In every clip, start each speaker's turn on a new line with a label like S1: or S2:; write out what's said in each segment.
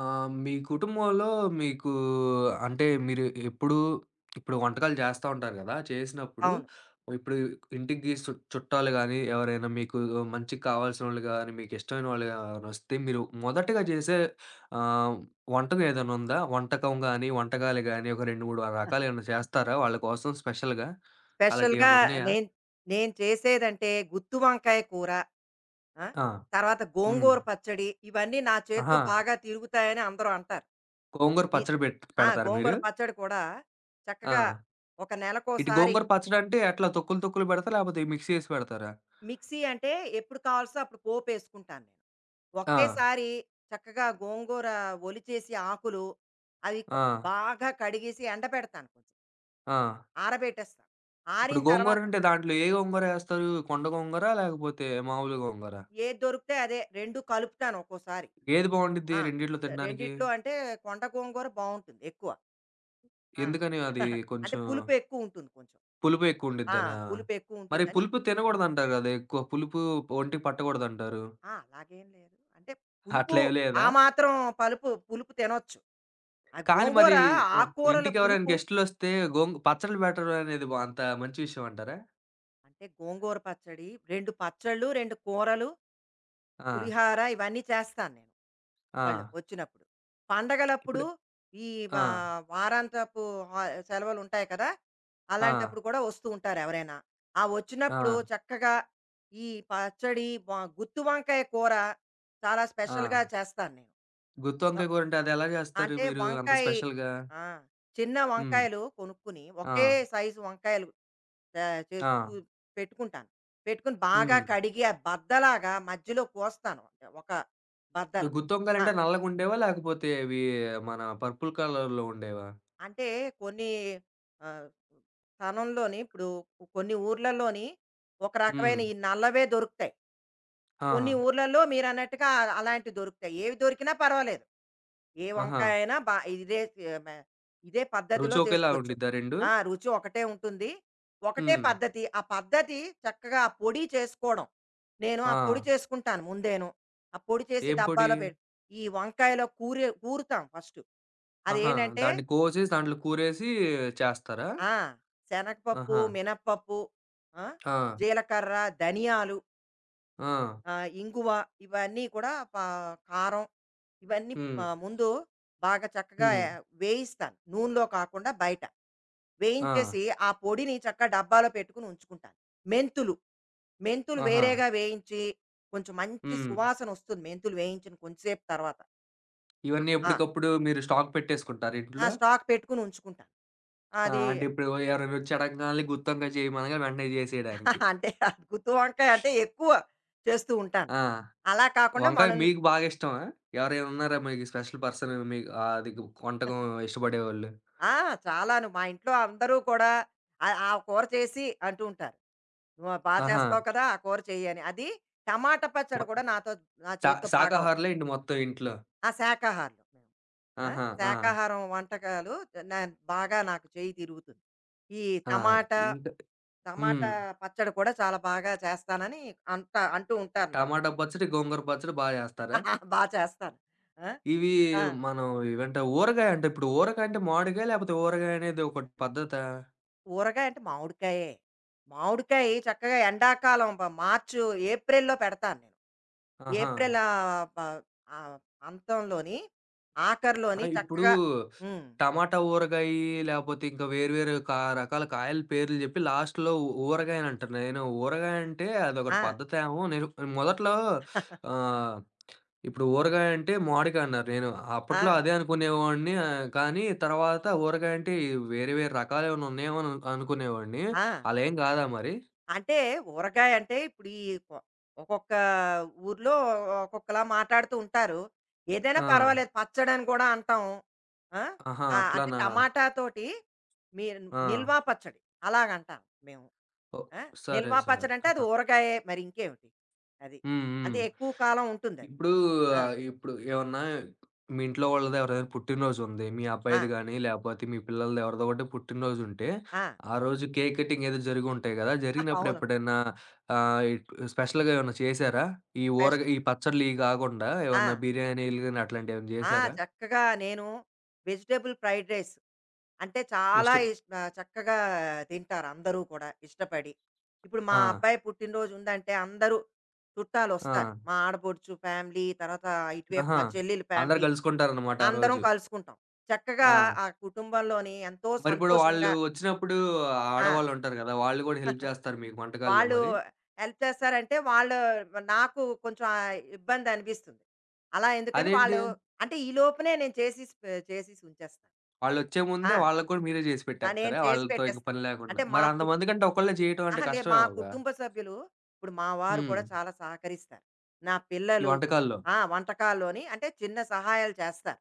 S1: ఆ! మీ కుటుంబంలో మీకు అంటే మీరు ఎప్పుడు ఇప్పుడు వంటకాలు చేస్తా ఉంటారు గదా! చేసినప్పుడు
S2: అవును.
S1: ఇప్పుడు ఇంటికి చుట్టాలు గానీ, ఎవరైనా మీకు మంచికి కావాల్సినోళ్ళు గానీ, మీకు ఇష్టమైన వాళ్ళు ఎవరైనా వస్తే మీరు మొదటగా చేసే ఆహ్, వంటకం ఏదైనా ఉందా? వంటకం గానీ, వంటకాలు గానీ ఒక 2, 3 రకాలు ఏమైనా చేస్తారా వాళ్ళ కోసం స్పెషల్‌గా?
S2: స్పెషల్‌గా
S1: అలాంటియేమన్నా ఉన్నాయా?
S2: నేను నేను చేసేదంటే గుత్తి వంకాయ కూర, ఆ!
S1: ఆ!
S2: తర్వాత
S1: హ్మ్.
S2: గోంగూర పచ్చడి ఇవన్నీ నా చేత్తో
S1: ఆహా!
S2: బాగా తిరుగుతాయని అందరూ అంటారు.
S1: గోంగూర
S2: ఈ
S1: పచ్చడి
S2: ఆ!
S1: పెడతారా మీరు?
S2: గోంగూర పచ్చడి కూడా చక్కగా
S1: ఆ!
S2: ఒక
S1: ఇటు
S2: నెలకోసారి
S1: గోంగూర పచ్చడంటే ఎట్లా తొక్కులు, తొక్కులు పెడతారా? లేపోతే మిక్సీ ఏసి పెడతారా?
S2: మిక్సీ అంటే ఎప్పుడు కావాల్సో అప్పుడు పోపేసుకుంటాను నేను.
S1: ఆ!
S2: ఒకేసారి చక్కగా గోంగూర ఒలిచేసి ఆకులు అవి
S1: ఆ!
S2: క బాగా కడిగేసి ఎండబెడతాను కొంచెం.
S1: ఆ!
S2: ఆరబెట్టేస్తాను.
S1: ఇప్పుడు
S2: ఆరిన తర్వాత
S1: గోంగూరంటే దాంట్లో ఏ గోంగూర ఏస్తారు? కొండ గోంగూర? లేకపోతే మామూలు గోంగూర?
S2: ఏది దొరికితే అదే 2 కలుపుతాను ఒక్కోసారి.
S1: ఏది బావుండిద్ది
S2: ఆ!
S1: రెండిట్లో తినడానికి?
S2: రెండిట్లో అంటే కొండ గోంగూర బావుంటుంది ఎక్కువ. ఆ!
S1: ఎందుకని అది
S2: అంటే
S1: కొంచెం
S2: పులుపు ఎక్కువ ఉంటుంది కొంచెం.
S1: పులుపు
S2: ఆ!
S1: ఎక్కువుండిద్దనా?
S2: పులుపు ఎక్కువ
S1: మరి
S2: ఉంటుందని
S1: పులుపు తినగూడదంటారు గదా! ఎక్కువ పులుపు ఒంటికి పట్టకూడదంటారు.
S2: ఆ! అలాగేం లేదు. అంటే పులుపు
S1: అట్లేం లేదా?
S2: ఆ మాత్రం పలుపు పులుపు తినొచ్చు. ఆ
S1: కానీ మరి
S2: గోంగూర
S1: కొ
S2: ఆకుకూరల
S1: ఇంటికెవరైనా
S2: పులుపు
S1: గెస్టులొస్తే గోంగు పచ్చళ్ళు పెట్టడం అనేది బా అంత మంచి విషయం అంటారా?
S2: అంటే గోంగూర పచ్చడి, 2 పచ్చళ్ళు, 2 కూరలు,
S1: ఆ!
S2: పులిహార ఇవన్నీ చేస్తాను నేను. వాళ్ళు
S1: ఆ!
S2: వచ్చినప్పుడు. పండగలప్పుడు
S1: ఇప్పుడు
S2: ఈ
S1: ఆ!
S2: వా వారాంతపు హా సెలవులుంటాయి కదా!
S1: ఆ!
S2: అలాంటప్పుడు కూడా వస్తూ ఉంటారు ఎవరైనా. ఆ
S1: ఆ!
S2: వచ్చినప్పుడు చక్కగా ఈ పచ్చడి వ గుత్తి వంకాయ కూర చాలా
S1: ఆ!
S2: స్పెషల్‌గా చేస్తాను నేను.
S1: గుత్తి
S2: వ
S1: వంకాయ కూరంటే అదెలా జేస్తారు
S2: అంటే
S1: మీరు అంత
S2: వంకాయ
S1: స్పెషల్‌గా?
S2: ఆ! చిన్న
S1: హ్మ్.
S2: వంకాయలు కొనుక్కుని ఒకే
S1: ఆ!
S2: సైజు వంకాయలు
S1: ఆ!
S2: చేసి చు పెట్టుకుంటాను. పెట్టుకొని బాగా
S1: హ్మ్.
S2: కడిగి ఆ బద్దలాగా మధ్యలో కోస్తాను. ఒక
S1: ఇప్పుడు
S2: బద్దల.
S1: గుత్తి
S2: ఆ!
S1: వంకాయలంటే నల్లగుండేవా? లేకపోతే ఇవి మన పర్పుల్ కలర్‌లో ఉండేవా?
S2: అంటే కొన్ని ఆ, స్థానంలోని ఇప్పుడు కొన్ని ఊర్లలోని ఒక
S1: హ్మ్.
S2: రకమైన ఈ నల్లవే దొరుకుతాయి
S1: ఆహా!
S2: కొన్ని ఊర్లలో మీరు అన్నట్టుగా అలాంటివి దొరుకుతాయి ఏవి దొరికినా పర్వాలేదు ఏ
S1: ఆహా!
S2: వంకాయ అయినా బా ఇదే ఆ, మ- ఇదే
S1: రుచి
S2: పద్ధతిలో
S1: ఒకేలా
S2: చేసుకోవచ్చు
S1: ఉండిద్దా 2?
S2: ఆ రుచి ఒకటే ఉంటుంది ఒకటే
S1: హ్మ్.
S2: పద్ధతి ఆ పద్ధతి చక్కగా ఆ పొడి చేసుకోవడం నేను ఆ
S1: ఆ!
S2: పొడి చేసుకుంటాను ముందేను ఆ పొడి చేసి
S1: ఏం పొడి?
S2: డబ్బాలో పెట్టి ఈ వంకాయలో కూర కూరుతాం ఫస్ట్ అది
S1: ఆహా!
S2: ఏంటంటే
S1: దాన్ని కోసి దాంట్లో కూరేసి చేస్తారా?
S2: ఆ! శనగపప్పు,
S1: ఆహా!
S2: మినప్పప్పు, ఆ!
S1: ఆ!
S2: జీలకర్ర, ధనియాలు,
S1: ఆ!
S2: ఇంగువ ఇవన్నీ కూడా పా కారం ఇవన్నీ
S1: హ్మ్.
S2: మా ముందు బాగా చక్కగా
S1: హ్మ్.
S2: వేయిస్తాను. నూనెలో కాకుండా బయట.
S1: ఆ!
S2: వేయించేసి ఆ పొడిని చక్కగా డబ్బాలో పెట్టుకొని ఉంచుకుంటాను. మెంతులు, మెంతులు
S1: ఆహా!
S2: వేరేగా వేయించి కొంచెం మంచి
S1: హ్మ్.
S2: సువాసన వస్తుంది. మెంతులు వేయించిన కొంచెంసేపు తర్వాత.
S1: ఇవన్నీ
S2: ఆ!
S1: ఎప్పటికప్పుడు మీరు స్టాక్ పెట్టేసుకుంటారా
S2: ఆ
S1: ఇంట్లో?
S2: స్టాక్ పెట్టుకొని ఉంచుకుంటాను.
S1: ఆ!
S2: అది
S1: అంటే ఇప్పుడు ఎవరైనా వచ్చి అడగంగాల్నే గుత్తొంకాయ చేయమనగా వెంటనే చేసేయడానికి.
S2: అంటే గుత్తి వంకాయ అంటే ఎక్కువ చేస్తూ ఉంటాను.
S1: ఆ!
S2: అలా కాకుండా
S1: వంకాయ
S2: మనం
S1: మీకు బాగా ఇష్టమా? ఎవరైనా ఉన్నారా మీకు స్పెషల్ పర్సన్ మీకు అది వంటకం ఇష్టపడేవాళ్ళు?
S2: ఆ! చాలాను మా ఇంట్లో అందరూ కూడా ఆ కూర చేసి అంటూ ఉంటారు. "నువ్వు బా
S1: ఆహా!
S2: చేస్తావు కదా! ఆ కూర చెయ్యి" అని. అది టమాటా
S1: మొ
S2: పచ్చడి కూడా నాతో నా చేత్తో బాగా వస్తుంది.
S1: శాకాహారులే ఏంటి మొత్తం ఇంట్లో?
S2: ఆ! శాకాహారులు మేము. ఆ!
S1: ఆహా! ఆ!
S2: శాకాహారం వంటకాలు నా బాగా నాకు చెయ్యి తిరుగుతుంది. ఈ
S1: ఆ!
S2: టమాటా,
S1: ఇంకా హ్మ్.
S2: టమాటా పచ్చడి కూడా చాలా బాగా చేస్తానని అంటూ ఉంటారు నా
S1: టమాటా పచ్చడి, గోంగూర పచ్చడి బా చేస్తారా?
S2: బా చేస్తాను. ఆ!
S1: ఇవి
S2: ఆ!
S1: మనం ఇవేంట ఊరగాయ అంటే ఇప్పుడు ఊరగాయ అంటే మామిడికాయ లేకపోతే ఊరగాయ అనేది ఒకటి పద్ధతా?
S2: ఊరగాయ అంటే మామిడికాయే. మామిడికాయ చక్కగా ఎండాకాలం బ మార్చు, ఏప్రిల్‌లో పెడతాను నేను.
S1: ఆహా!
S2: ఏప్రిల్ బ ఆహ్, అంతంలోని,
S1: ఆ!
S2: ఆఖరిలోని
S1: ఇప్పుడు
S2: చక్కగా హ్మ్.
S1: టమాటా ఊరగాయి, లేపోతే ఇంకా వేరు వేరు కా రకాల కాయల పేర్లు జెప్పి లాస్ట్‌లో ఊరగాయనంటారు. నేను ఊరగాయ అంటే అదొకటి
S2: ఆ!
S1: పద్ధతేమో. నేను మొదట్లో ఆహ్, ఇప్పుడు ఊరగాయ అంటే మామిడికాయ అన్నారు. నేను అప్పట్లో
S2: ఆ!
S1: అదే అనుకునేవాడిని. కానీ తర్వాత ఊరగాయ అంటే ఈ వేరే వేరే రకాలేమైనా ఉన్నాయేమో అని అనుకునేవాడిని.
S2: ఆ!
S1: అలా ఏం గాదా మరి?
S2: అంటే ఊరగాయ అంటే ఇప్పుడు ఈ కొ ఒక్కొక్క ఊర్లో ఒక్కొక్కలా మాట్లాడుతూ ఉంటారు. ఏదైనా
S1: ఆ!
S2: పర్వాలేదు పచ్చడని కూడా అంటాం. ఆ!
S1: ఆహా!
S2: ఆ! అంటే
S1: అట్లానా!
S2: టమాటా తోటి మీరు నిల్వ
S1: ఆ!
S2: పచ్చడి అలాగంటాం మేము.
S1: ఓహ్!
S2: ఆ! నిల్వ
S1: సరే సార్.
S2: పచ్చడంటే
S1: ఆ!
S2: అది ఊరగాయే మరి ఇంకేమిటి. అది.
S1: హ్మ్. హ్మ్.
S2: అంటే ఎక్కువ కాలం ఉంటుందది.
S1: ఇప్పుడు
S2: ఆ!
S1: ఇప్పుడు ఏమన్నా మీ ఇంట్లో వాళ్ళది ఎవరిదైనా పుట్టినరోజుంది. మీ
S2: ఆ!
S1: అబ్బాయిది గాని, లేపోతే మీ పిల్లలది ఎవరిదో ఒకటి పుట్టినరోజుంటే,
S2: ఆ!
S1: ఆ రోజు కేక్ కటింగ్ ఏదో జరిగుంటాయి గదా! జరిగినప్పుడు
S2: అవును.
S1: ఎప్పుడైనా ఇట్ స్పెషల్‌గా ఏమన్నా చేశారా? ఈ
S2: ఫ్రెష్
S1: ఈ పచ్చడ్లు ఇయి గాకుండా
S2: ఆ!
S1: ఏమన్నా బిర్యానీలు గాని అట్లాంటియేమన్నా
S2: ఆ!
S1: జేశారా?
S2: చక్కగా నేను వెజిటబుల్ ఫ్రైడ్ రైస్ అంటే చాలా
S1: జస్ట్
S2: చక్కగా తింటారు అందరూ కూడా ఇష్టపడి. ఇప్పుడు మా
S1: ఆ!
S2: అబ్బాయి పుట్టినరోజు ఉందంటే అందరూ చుట్టాలొస్తారు.
S1: ఆ!
S2: మా ఆడపడుచు ఫ్యామిలీ, తర్వాత ఇటువైపు
S1: ఆహా!
S2: మా చెల్లెలు
S1: అందరూ
S2: ఫ్యామిలీ
S1: గలుసుకుంటారనమాట ఆ
S2: అందరం
S1: రోజు.
S2: కలుసుకుంటాం. చక్కగా
S1: ఆ!
S2: ఆ కుటుంబంలోని ఎంతో
S1: మరిప్పుడు వాళ్ళు
S2: సంతోషంగా
S1: వచ్చినప్పుడు
S2: ఆ!
S1: ఆడవాళ్ళుంటారు గదా! వాళ్ళు గూడా హెల్ప్ జేస్తారు మీకు వంటకాల్లో
S2: వాళ్ళు
S1: మరి.
S2: హెల్ప్ చేస్తారంటే వాళ్ళు నాకు కొంచెం ఆ ఇబ్బంది అనిపిస్తుంది. అలా ఎందుకని
S1: అదేంటి?
S2: వాళ్ళు అంటే ఈ లోపునే నేను చేసేసి పె చేసేసి ఉంచేస్తాను.
S1: వాళ్ళొచ్చే ముందే
S2: ఆ!
S1: వాళ్ళకి కూడా మీరే చేసి
S2: ఆ! నేను
S1: పెట్టేస్తారా?
S2: చేసి
S1: వాళ్ళతో ఇంక
S2: పెట్టేస్తా.
S1: పని లేకుండా.
S2: అంటే మా
S1: మరి
S2: కు
S1: అంతమందికంటే ఒకళ్ళే చేయటం అంటే
S2: అహా! లేదు మా
S1: కష్టమేమోగా?
S2: కుటుంబ సభ్యులు ఇప్పుడు మా వారు
S1: హ్మ్.
S2: కూడా చాలా సహకరిస్తారు. నా
S1: ఈ
S2: పిల్లలు
S1: వంటకాల్లో.
S2: ఆ! వంటకాల్లోని అంటే చిన్న సహాయాలు చేస్తారు.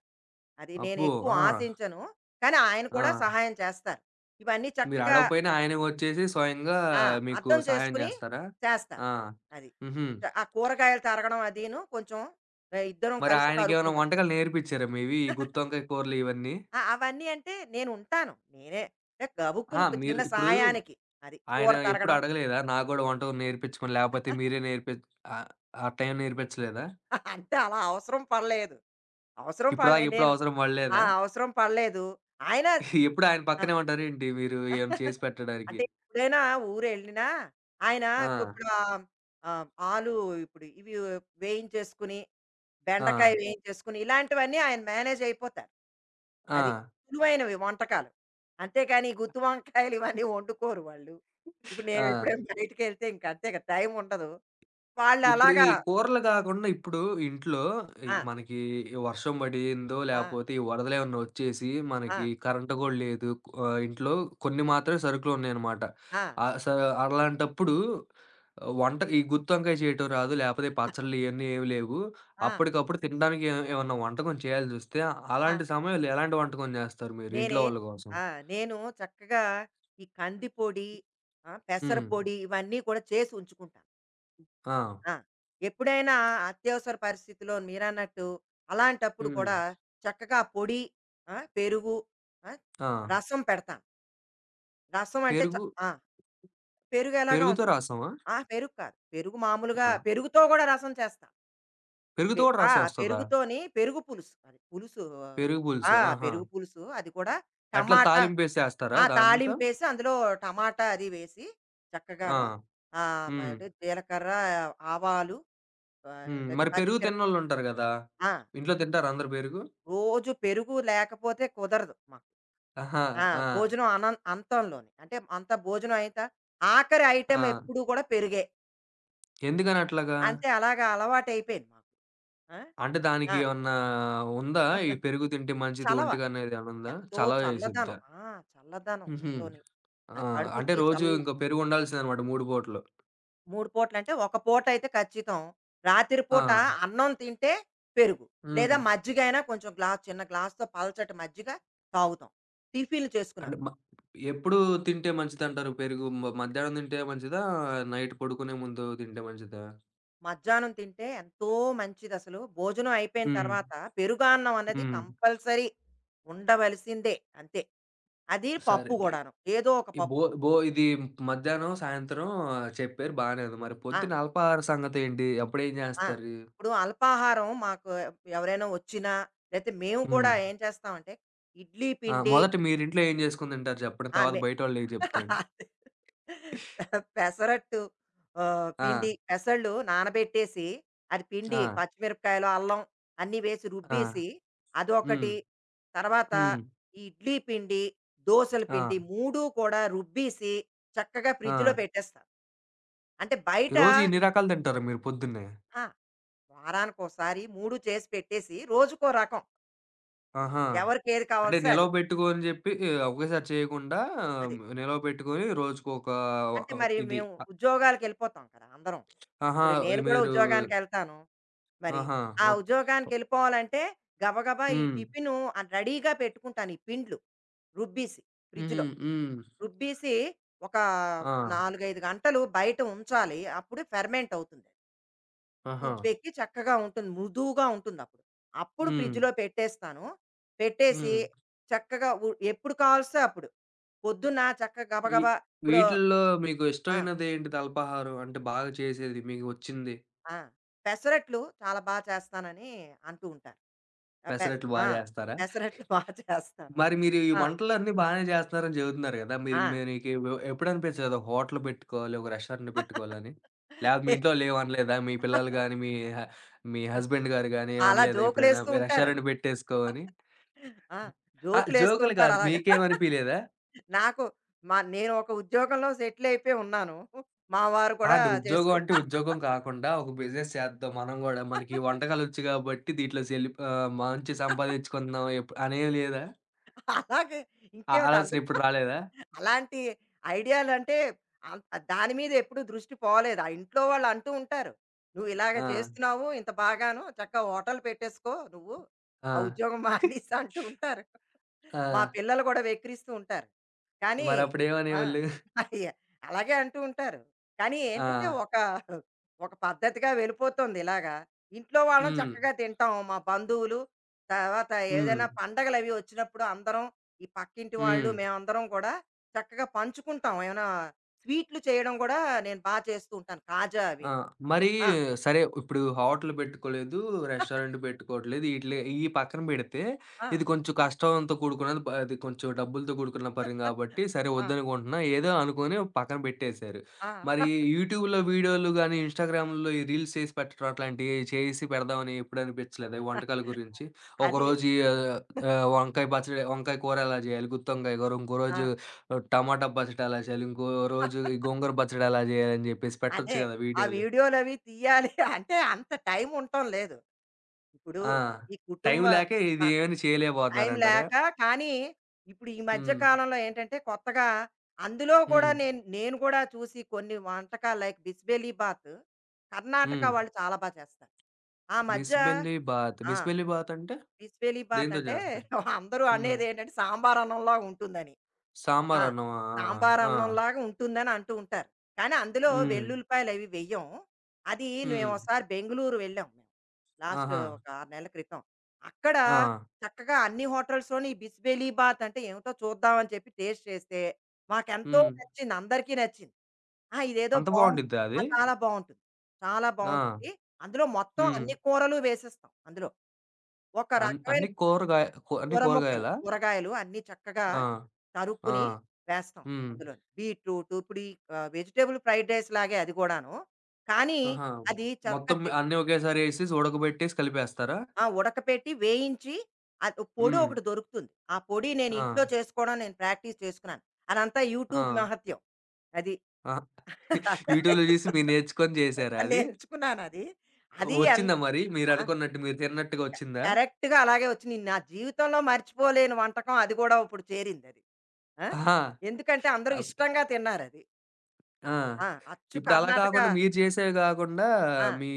S2: అది నేను
S1: అబ్బో!
S2: ఎక్కువ
S1: ఆ!
S2: ఆశించను. కానీ ఆయన
S1: ఆ!
S2: కూడా సహాయం చేస్తారు. ఇవన్నీ
S1: మీరు
S2: చక్కగా
S1: అడగపోయినా ఆయనే వచ్చేసి స్వయంగా
S2: ఆ!
S1: మీకు
S2: అర్థం
S1: సహాయం
S2: చేసుకుని
S1: జేస్తారా?
S2: చేస్తాను.
S1: ఆ!
S2: అది.
S1: హుహు.
S2: ఆ కూరగాయలు తరగడం అదీను కొంచెం ఇద్దరం
S1: మరి
S2: కలిసి
S1: ఆయనకేమైనా
S2: తరుక్కుంటాం.
S1: వంటకాలు నేర్పిచ్చారా మీవి? ఈ గుత్తొంకాయ కూరలు ఇవన్నీ?
S2: ఆ! అవన్నీ అంటే నేనుంటాను. నేనే అంటే
S1: అహా!
S2: గబుక్కుని ఒక
S1: మీరు
S2: చిన్న
S1: ఇప్పుడు
S2: సాయానికి. అది.
S1: ఆయన
S2: కూర
S1: ఎప్పుడు
S2: తరగడం
S1: అడగలేదా? నాకు గూడా వంటకం నేర్పిచ్చమని లేపోతే మీరే నేర్పి ఆహ్, అట్టేం నేర్పిచ్చలేదా?
S2: అంటే అలా అవసరం పడలేదు. అవసరం
S1: ఇప్పటిదాకా
S2: పడలేదు.
S1: ఎప్పుడు
S2: నేను
S1: అవసరం
S2: ఆ!
S1: పడలేదా?
S2: అవసరం పడలేదు. ఆయన
S1: ఎప్పుడు ఆయన
S2: ఆ!
S1: పక్కనే ఉంటారేంటి మీరు ఏం చేసి పెట్టడానికి?
S2: అంటే ఎప్పుడైనా ఊరెళ్ళినా ఆయన
S1: ఆ!
S2: ఇప్పుడు ఆ ఆ ఆలు ఇప్పుడు ఇవి వేయించేసుకుని,
S1: ఆ!
S2: బెండకాయ వేయించేసుకుని ఇలాంటివన్నీ ఆయన మేనేజ్ అయిపోతారు.
S1: ఆ!
S2: అది. సులువైనవి వంటకాలు. అంతేగాని ఈ గుత్తి వంకాయలు ఇవన్నీ వండుకోరు వాళ్ళు. ఇప్పుడు నేను
S1: ఆ!
S2: ఎప్పుడైనా బయటికెళ్తే ఇంక అంతే కదా! టైం ఉండదు. వాళ్ళు
S1: ఇప్పుడు ఈ
S2: అలాగా
S1: కూరలు గాకుండా ఇప్పుడు ఇంట్లో ఈ
S2: ఆ!
S1: మనకి వర్షం పడిందో,
S2: ఆ!
S1: లేపోతే ఈ వరదలేమన్నా వచ్చేసి
S2: ఆ!
S1: మనకి కరెంట్ గూడా లేదు. ఇంట్లో కొన్ని మాత్రమే సరుకులున్నాయనమాట.
S2: ఆ!
S1: ఆహ్, స అలాంటప్పుడు వంట ఈ గుత్తొంకాయ చేయటం రాదు, లేపోతే పచ్చళ్ళు ఇయన్నీ ఏమి లేవు.
S2: ఆ!
S1: అప్పటికప్పుడు తినడానికి ఏ ఏమన్నా వంటకం చేయాల్సొస్తే
S2: ఆ!
S1: అలాంటి సమయంలో ఎలాంటి వంటకం జేస్తారు మీరు ఇంట్లో
S2: నేనే
S1: వాళ్ళ కోసం?
S2: ఆ! నేను చక్కగా ఈ కంది పొడి, ఆ! పెసర
S1: హ్మ్.
S2: పొడి ఇవన్నీ కూడా చేసి ఉంచుకుంటాను.
S1: ఆ!
S2: ఆ! ఎప్పుడైనా అత్యవసర పరిస్థితిలో మీరన్నట్టు అలాంటప్పుడు
S1: హ్మ్.
S2: కూడా చక్కగా పొడి, ఆ! పెరుగు, ఆ!
S1: ఆ!
S2: రసం పెడతాను. రసం అంటే చ
S1: పెరుగు
S2: ఆ! పెరుగు ఎలాగా
S1: పెరుగుతో
S2: ఉంటుంది.
S1: రసమా?
S2: ఆ! పెరుగు కాదు. పెరుగు మామూలుగా
S1: ఆ!
S2: పెరుగుతో కూడా రసం చేస్తాను. పె
S1: పెరుగుతో గూడా
S2: ఆ!
S1: రసం వస్తదా?
S2: పెరుగుతోని పెరుగు పులుసు. అది పులుసు
S1: పెరుగు పులుసు.
S2: ఆ!
S1: ఆహా!
S2: పెరుగు పులుసు అది కూడా
S1: ఎట్లా
S2: టమాటా
S1: తాలింపేసేస్తారా
S2: ఆ!
S1: దాంతో?
S2: తాళింపేసి అందులో టమాటా అది వేసి
S1: ఆ!
S2: చక్కగాను
S1: హ్మ్.
S2: ఏమిటి జీలకర్ర, ఆవాలు
S1: హ్మ్.
S2: ఏమిటది
S1: మరి పెరుగు
S2: పచ్చిమిరప
S1: తిననోళ్ళుంటారు గదా!
S2: ఆ!
S1: ఇంట్లో తింటారా అందరూ పెరుగు?
S2: రోజు పెరుగు లేకపోతే కుదరదు మాకు.
S1: ఆహా!
S2: ఆ!
S1: ఆ!
S2: భోజనం అనం అంతంలోని. అంటే అంత భోజనం అయిత ఆఖరి
S1: ఆ!
S2: ఐటెమ్ ఎప్పుడు కూడా పెరుగే.
S1: ఎందుకని అట్లాగా?
S2: అంతే అలాగా అలవాటైపోయింది మాకు. ఆ!
S1: అంటే దానికి
S2: ఆ!
S1: ఏమన్నా ఉందా? ఈ పెరుగు తింటే మంచిది
S2: చలవ.
S1: ఒంటికి అనేది ఏమన్నా ఉందా?
S2: ఎంతో
S1: చలవ చేసిద్దా?
S2: చల్లదనం. ఆ! చల్లదనం
S1: హుహు.
S2: ఎంతోని. ఆ
S1: ఆ! అంటే
S2: కడుపుకి
S1: రోజు
S2: చల్ల
S1: ఇంక పెరుగు ఉండాల్సిందనమాట 3 పూటలు.
S2: 3 పూటలంటే ఒక పూటైతే ఖచ్చితం. రాత్రి
S1: ఆ!
S2: పూట అన్నం తింటే పెరుగు. లేదా
S1: హ్మ్.
S2: మజ్జిగైనా కొంచెం చిన్న గ్లాస్‌తో పల్చటి మజ్జిగ తాగుతాం. టిఫిన్‌లు
S1: అంటే
S2: చేసుకున్నప్పుడు.
S1: ఎప్పుడు తింటే మంచిదంటారు పెరుగు? మధ్యాహ్నం తింటే మంచిదా? నైట్ పడుకునే ముందు తింటే మంచిదా?
S2: మధ్యాహ్నం తింటే ఎంతో మంచిదసలు. భోజనం అయిపోయిన
S1: హ్మ్.
S2: తర్వాత పెరుగన్నం అన్నది
S1: హ్మ్.
S2: కంపల్సరీ ఉండవలసిందే అంతే. అది
S1: సరే.
S2: పప్పు
S1: ఈ
S2: గూడాను. ఏదో ఒక
S1: ఈ బో
S2: పప్పు.
S1: బో ఇది మధ్యాహ్నం, సాయంత్రం చెప్పారు బానే ఉంది. మరి
S2: ఆ!
S1: పొద్దున అల్పాహార సంగతేంటి? అప్పుడేం
S2: ఆ!
S1: జేస్తారు?
S2: ఇప్పుడు అల్పాహారం మాకు ఎవరైనా వచ్చినా, లేతే మేము
S1: హ్మ్.
S2: కూడా ఏం చేస్తామంటే, ఇడ్లీ
S1: ఆ!
S2: పిండి
S1: మొదట మీరింట్లో ఏం జేసుకొని తింటారు చెప్పండి?
S2: ఆ!
S1: తర్వాత
S2: మే
S1: బయటోళ్ళయి జెప్తాండి.
S2: అదే. పెసరట్టు
S1: ఆ!
S2: పిండి పెసళ్ళు నానబెట్టేసి, అది
S1: ఆ!
S2: పిండి పచ్చిమిరపకాయలు, అల్లం అన్నీ వేసి
S1: ఆ!
S2: రుబ్బేసి
S1: హ్మ్.
S2: అదొకటి. తర్వాత
S1: హ్మ్.
S2: ఈ ఇడ్లీ పిండి, దోసల
S1: ఆ!
S2: పిండి 3 కూడా రుబ్బీసి చక్కగా
S1: ఆ!
S2: ఫ్రిడ్జ్‌లో పెట్టేస్తాను. అంటే బయట
S1: ఈరోజు ఇన్ని రకాలు తింటారా మీరు పొద్దున్నే?
S2: ఆ! వారానికోసారి 3 చేసి పెట్టేసి రోజుకో రకం.
S1: ఆహా!
S2: ఎవరికేది
S1: అంటే
S2: కావాల్సో అది.
S1: నిలవబెట్టుకోని జెప్పి ఒకేసారి చేయకుండా
S2: అది.
S1: నిలవబెట్టుకొని రోజుకొక
S2: అంటే మరి
S1: ఇది
S2: మేము ఉద్యోగాలకెళ్ళిపోతాం కదా! అందరం.
S1: ఆహా!
S2: ఇప్పుడు నేను కూడా
S1: మీరు
S2: ఉద్యోగానికెళ్తాను. మరి
S1: ఆహా!
S2: ఆ
S1: ఓకే.
S2: ఉద్యోగానికి వెళ్ళిపోవాలంటే గబగబా ఈ
S1: హ్మ్.
S2: టిఫిను ఆ రెడీగా పెట్టుకుంటాను ఈ పిండ్లు రుబ్బీసి
S1: హుహు.
S2: ఫ్రిడ్జ్లో
S1: హ్మ్.
S2: రుబ్బీసి ఒక
S1: ఆ!
S2: నాలుగైదు గంటలు బయట ఉంచాలి అప్పుడు ఫెర్మెంట్ అవుతుంది
S1: ఆహా!
S2: పులిపెక్కి చక్కగా ఉంటుంది మృదువుగా ఉంటుంది అప్పుడు అప్పుడు
S1: హ్మ్.
S2: ఫ్రిడ్జ్లో పెట్టేస్తాను పెట్టేసి
S1: హ్మ్.
S2: చక్కగా ఎప్పుడు కావాల్సో అప్పుడు పొద్దున్న చక్కగా
S1: ఈ
S2: గబగబా ఇప్పుడు
S1: వీటిల్లో మీకు
S2: ఆ,
S1: ఇష్టమైనదేంటిది అల్పాహారం? అంటే బాగా చేసేది మీకు వచ్చింది
S2: ఆ, పెసరట్లు చాలా బాగా చేస్తానని అంటూ ఉంటారు ఆ! పెస
S1: పెసరట్లు బా
S2: ఆ!
S1: జేస్తారా?
S2: పెసరట్లు బా చేస్తాను
S1: మరి
S2: అందులో.
S1: మీరు ఈ
S2: ఆ!
S1: వంటలన్నీ బానే జేస్తన్నారని చెబుతున్నారు గదా! మీరు
S2: ఆ!
S1: మీకి వ్ ఎప్పుడనిపించలేదా ఒక హోటల్ పెట్టుకోవాలి, ఒక రెస్టారెంట్ పెట్టుకోవాలని? లేపోతే మీ ఇంట్లో వాళ్ళేమనలేదా? మీ పిల్లలు గాని, మీ హస్బెండ్ గారు గాని
S2: అలా
S1: ఏమనలేదా ఎప్పుడైనా
S2: జోకులేస్తూ ఉంటారు.
S1: రెస్టారెంట్ పెట్టేసుకో అని?
S2: ఆ!
S1: ఆ!
S2: జోకులేస్తూ
S1: జోకులు
S2: ఉంటారు
S1: కాదు.
S2: అలాగా.
S1: మీకేమనిపియలేదా?
S2: నాకు మా నేను ఒక ఉద్యోగంలో సెటిల్ అయిపోయి ఉన్నాను. మా వారు
S1: ఆ!
S2: కూడా
S1: అంటే ఉద్యోగం అంటే
S2: చేసుకుంటా
S1: ఉద్యోగం కాకుండా ఒక బిజినెస్ చేద్దాం మనం గూడా. మనకి వంటకాలొచ్చు కాబట్టి దీంట్లో సెల్ మంచి సంపాదించుకుందాం ఎప్ అనేం లేదా?
S2: అలాగే
S1: ఆ
S2: ఇంకేమిటి
S1: ఆలోచన ఎప్పుడు
S2: అందులో
S1: రాలేదా?
S2: అలాంటి ఐడియాలంటే అన్ దాని మీద ఎప్పుడు దృష్టి పోలేదు. ఆ ఇంట్లో వాళ్ళు అంటూ ఉంటారు. "నువ్వు ఇలాగ
S1: ఆ!
S2: చేస్తున్నావు ఇంత బాగాను. చక్కగా హోటల్ పెట్టేసుకో నువ్వు.
S1: ఆ!
S2: ఆ ఉద్యోగం మానేసి" అంటూ ఉంటారు.
S1: ఆ!
S2: మా పిల్లలు కూడా వెక్కిరిస్తూ ఉంటారు. కానీ ఆ!
S1: మరప్పుడేమనేవాళ్ళు?
S2: అయ్య అలాగే అంటూ ఉంటారు. కానీ ఏంటంటే
S1: ఆ!
S2: ఒక, ఒక పద్ధతిగా వెళ్ళిపోతుంది ఇలాగా. ఇంట్లో వాళ్ళం
S1: హ్మ్.
S2: చక్కగా తింటాం. మా బంధువులు, తర్వాత
S1: హ్మ్.
S2: ఏదైనా పండగలవి వచ్చినప్పుడు అందరం ఈ పక్కింటి వాళ్ళు
S1: హ్మ్.
S2: మేమందరం కూడా చక్కగా పంచుకుంటాం. ఏమైనా స్వీట్లు చేయడం కూడా నేను బా చేస్తూ ఉంటాను. కాజా
S1: ఆ!
S2: అవిను.
S1: మరి
S2: ఆ!
S1: సరే ఇప్పుడు హోటల్ పెట్టుకోలేదు, రెస్టారెంట్ పెట్టుకోవట్లేదు. ఈట్లే ఇయి పక్కన పెడితే,
S2: ఆ!
S1: ఇది కొంచెం కష్టంతో కూడుకున్నది. అది కొంచెం డబ్బులతో కూడుకున్న పని గాబట్టి, సరే
S2: ఆ!
S1: వద్దనుకుంటున్నా ఏదో అనుకోని పక్కన పెట్టేశారు.
S2: ఆ!
S1: మరి యూట్యూబ్‌లో వీడియోలు గాని, ఇన్‌స్టాగ్రామ్‌లో ఈ రీల్స్ చేసి పెట్టడం అట్లాంటియి చేసి పెడదామని ఎప్పుడు అనిపించలేదా? ఈ వంటకాల గురించి?
S2: అది.
S1: ఒకరోజు ఆహ్, వంకాయ పచ్చడి, వంకాయ కూర ఎలా జేయాలి? గుత్తొంకాయ కూర. ఇంకో
S2: ఆ!
S1: రోజు ఓహ్! టమాటా పచ్చడెలా చేయాలి? ఇంకో రోజు ఈ గోంగూర పచ్చడెలా జేయాలని జెప్పేసి పెట్టొచ్చు
S2: అదే.
S1: గదా!
S2: ఆ
S1: వీడియోలు.
S2: వీడియోలవి తీయాలి అంటే అంత టైం ఉండటం లేదు. ఇప్పుడు
S1: ఆ!
S2: ఈ
S1: టైం
S2: కుటుంబ
S1: లేక ఇది
S2: ఆ!
S1: ఏమని
S2: టైం
S1: చేయలేకపోతున్నారంటారా?
S2: లేక కానీ ఇప్పుడు ఈ మధ్య
S1: హ్మ్.
S2: కాలంలో ఏంటంటే కొత్తగా అందులో కూడా
S1: హ్మ్.
S2: నేను నేను కూడా చూసి కొన్ని వంటకాలు లైక్ బిస్బెలి బాత్ కర్ణాటక
S1: హ్మ్.
S2: వాళ్ళు చాలా బా చేస్తారు. ఆ మధ్య
S1: బిస్బెల్లి బాత్.
S2: ఆ!
S1: బిస్బెల్లి బాత్ అంటే
S2: బిస్బెలి బాత్
S1: దేనితో
S2: అంటే
S1: జేస్తారు?
S2: అందరూ
S1: హ్మ్.
S2: అనేదేంటంటే సాంబారన్నంలా ఉంటుందని. ఆ!
S1: సాంబార్ అన్నమా? ఆ!
S2: సాంబార్
S1: ఆ!
S2: అన్నంలాగా ఉంటుందని అంటూ ఉంటారు. కానీ అందులో
S1: హ్మ్.
S2: వెల్లుల్లిపాయలు అవి వెయ్యం. అది
S1: హ్మ్.
S2: ఒకసారి బెంగుళూరు వెళ్ళాం మేము. లాస్ట్
S1: ఆహా!
S2: ఒక 6 నెలల క్రితం. అక్కడ
S1: ఆ!
S2: చక్కగా అన్ని హోటల్స్‌లోని ఈ బిస్బెలి బాత్ అంటే ఏమిటో చూద్దాం అని చెప్పి టేస్ట్ చేస్తే మాకెంతో
S1: హ్మ్.
S2: నచ్చింది. అందరికీ నచ్చింది. ఆ! ఇదేదో
S1: అంత
S2: బావుంది.
S1: బావుండిద్దా
S2: ఆ!
S1: అది?
S2: చాలా బావుంటుంది. చాలా
S1: ఆ!
S2: బావుంటుంది. అందులో మొత్తం
S1: హ్మ్.
S2: అన్ని కూరలు వేసేస్తాం అందులో. ఒక రకమైన
S1: అన్ని కూరగాయ అన్ని
S2: కూర మొక్కలు,
S1: కూరగాయలా?
S2: కూరగాయలు అన్నీ చక్కగా
S1: ఆ! ఆ!
S2: తరుక్కుని వేస్తాం
S1: హ్మ్.
S2: అందులోని. బీట్రూట్ ఇప్పుడు ఈ వెజిటబుల్ ఫ్రైడ్ రైస్ లాగే అది గూడాను. కానీ
S1: ఆహా!
S2: అది చక్క
S1: మొత్తం
S2: చె
S1: అన్నీ ఒకేసారి ఏసేసి ఉడకబెట్టేసి కలిపేస్తారా?
S2: ఆ! ఉడకపెట్టి, వేయించి అది ఒక పొడి
S1: హ్మ్.
S2: ఒకటి దొరుకుతుంది. ఆ పొడి
S1: ఆ!
S2: ఇంట్లో చేసుకోవడం నేను ప్రాక్టీస్ చేసుకున్నాను. అదంతా
S1: ఆ!
S2: యూట్యూబ్ మహత్యం. అది.
S1: ఆ! యూట్యూబ్‌లో జూసి మీరు నేర్చుకొని జేసారా అది?
S2: నేర్చుకున్నానది. అది
S1: వచ్చిందా
S2: ఎంతో
S1: మరి
S2: ఆ!
S1: మీరనుకున్నట్టు మీరు తిన్నట్టుగా వచ్చిందా?
S2: కరెక్ట్‌గా అలాగే వచ్చింది. నా జీవితంలో మర్చిపోలేని వంటకం అది గూడా ఇప్పుడు చేరిందది. ఆ!
S1: ఆహా!
S2: ఎందుకంటే అందరూ
S1: అప్
S2: ఇష్టంగా తిన్నారది.
S1: ఆ!
S2: ఆ! అచ్చు
S1: ఇప్పుడలా
S2: కర్ణాటక
S1: కాకుండా మీరు చేసేవి గాకుండా,
S2: ఆ!
S1: మీ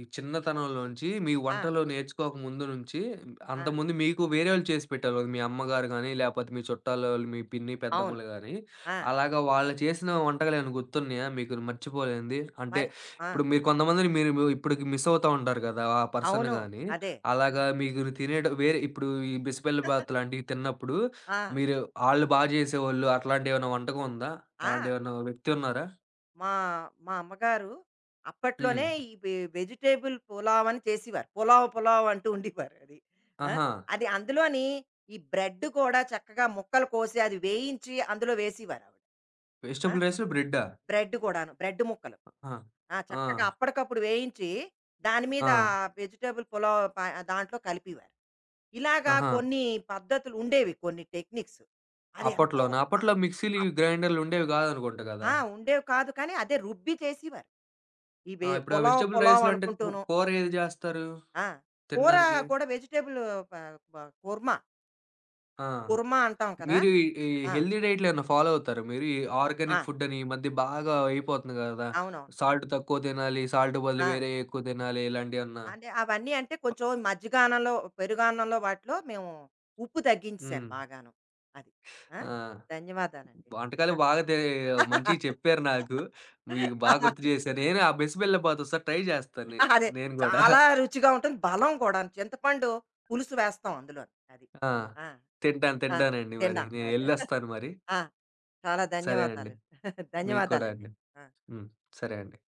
S1: ఈ చిన్నతనంలోంచి, మీ
S2: ఆ!
S1: వంటలు నేర్చుకోక ముందు నుంచి,
S2: ఆ!
S1: అంతకుముందు మీకు వేరేవాళ్ళు చేసి పెట్టేవాళ్ళు. మీ అమ్మగారు గానీ, లేపోతే మీ చుట్టాలోళ్ళు, మీ పిన్ని,
S2: అవును.
S1: పెద్దమ్మలు గానీ,
S2: ఆ!
S1: అలాగా వాళ్ళు చేసిన వంటకాలేమైనా గుర్తున్నాయా మీకు మర్చిపోలేనిది? అంటే,
S2: మరి ఆ!
S1: ఇప్పుడు మీరు కొంతమందిని మీరు మి ఇప్పటికి మిస్ అవుతా ఉంటారు కదా! ఆ పర్సన్
S2: అవును.
S1: గానీ,
S2: అదే.
S1: అలాగా మీరు తినేట వేరే ఇప్పుడు ఈ బిసిబెల్లి బాత్ లాంటివి తిన్నప్పుడు,
S2: ఆ!
S1: మీరు ఆళ్ళు బా చేసేవాళ్ళు అట్లాంటివేమైనా వంటకం ఉందా?
S2: ఆ!
S1: అలాంటి ఎవరైనా వ్యక్తి ఉన్నారా?
S2: మా మా అమ్మగారు
S1: హ్మ్.
S2: అప్పట్లోనే ఈ వె వెజిటబుల్ పులావ్ అని చేసేవారు. పులావ్, పులావ్ అంటూ ఉండేవారు అది. ఆ!
S1: ఆహా!
S2: అది అందులోని ఈ బ్రెడ్ కూడా చక్కగా ముక్కలు కోసి అది వేయించి అందులో వేసేవారావిడ. ఆ!
S1: వెజిటబుల్ రైసు, బ్రెడ్డా?
S2: బ్రెడ్ కూడాను. బ్రెడ్ ముక్కలు.
S1: ఆహా!
S2: ఆ!
S1: ఆ!
S2: చక్కగా అప్పటికప్పుడు వేయించి, దాని మీద
S1: ఆ!
S2: వెజిటబుల్ పులావ్ ప దాంట్లో కలిపేవారు. ఇలాగా
S1: ఆహా!
S2: కొన్ని పద్ధతులు ఉండేవి. కొన్ని టెక్నిక్స్. అది ఎంతో
S1: అప్పట్లోనా?
S2: ఆ!
S1: అప్పట్లో మిక్సీలు, ఈ
S2: అప్
S1: గ్రైండర్లు ఉండేవి గాదనుకుంట గదా!
S2: ఆ! ఉండేవి కాదు కానీ, అదే రుబ్బి చేసేవారు. ఈ
S1: ఆ!
S2: వే
S1: ఇప్పుడు ఆ
S2: పులావ్,
S1: వెజిటబుల్
S2: పులావ్
S1: రైస్‌లో అంటే
S2: అనుకుంటూను.
S1: కూర ఏది జేస్తారు?
S2: ఆ! కూర
S1: తినడానికి?
S2: కూడా వెజిటబుల్ ప ప కుర్మా.
S1: ఆ!
S2: కుర్మా అంటాం కదా!
S1: మీరు ఈ ఈ
S2: ఆ!
S1: హెల్తీ డైట్‌లేమన్నా ఫాలో అవుతారా మీరు? ఈ
S2: ఆ!
S1: ఆర్గానిక్ ఫుడ్డని ఈ మధ్య బాగా అయిపోతుంది గదా!
S2: అవునవును.
S1: సాల్ట్ తక్కువ తినాలి, సాల్ట్ బదులు
S2: ఆ!
S1: వేరే ఎక్కువ తినాలి ఇలాంటియేమన్నా?
S2: అంటే అవన్నీ అంటే కొంచెం మజ్జిగానంలో, పెరుగన్నంలో వాటిలో మేము ఉప్పు తగ్గించేశాను
S1: హ్మ్.
S2: బాగాను. అది. ఆ!
S1: ఆ!
S2: ధన్యవాదాలండి.
S1: వంటకాలు
S2: ఆ!
S1: బాగా తే మంచియి చెప్పారు నాకు. మీకు బాగా గుర్తు చేశారు. నేను ఆ మెస్‌కెళ్ళిపోతా ఒకసారి ట్రై చేస్తాను
S2: అదే.
S1: నేను గూడా.
S2: చాలా రుచిగా ఉంటుంది. బలం కూడాను. చింతపండు పులుసు వేస్తాం అందులో. అది.
S1: ఆ!
S2: ఆ!
S1: తింటాను,
S2: ఆ!
S1: తింటానండి మరి.
S2: తిండాం. అదే.
S1: నేనెళ్ళొస్తాను మరి.
S2: ఆ! చాలా
S1: సరే అండి.
S2: ధన్యవాదాలు.
S1: మీకు కూడా
S2: ధన్యవాదాలండి.
S1: అండి.
S2: ఆ!
S1: హ్మ్. సరే అండి.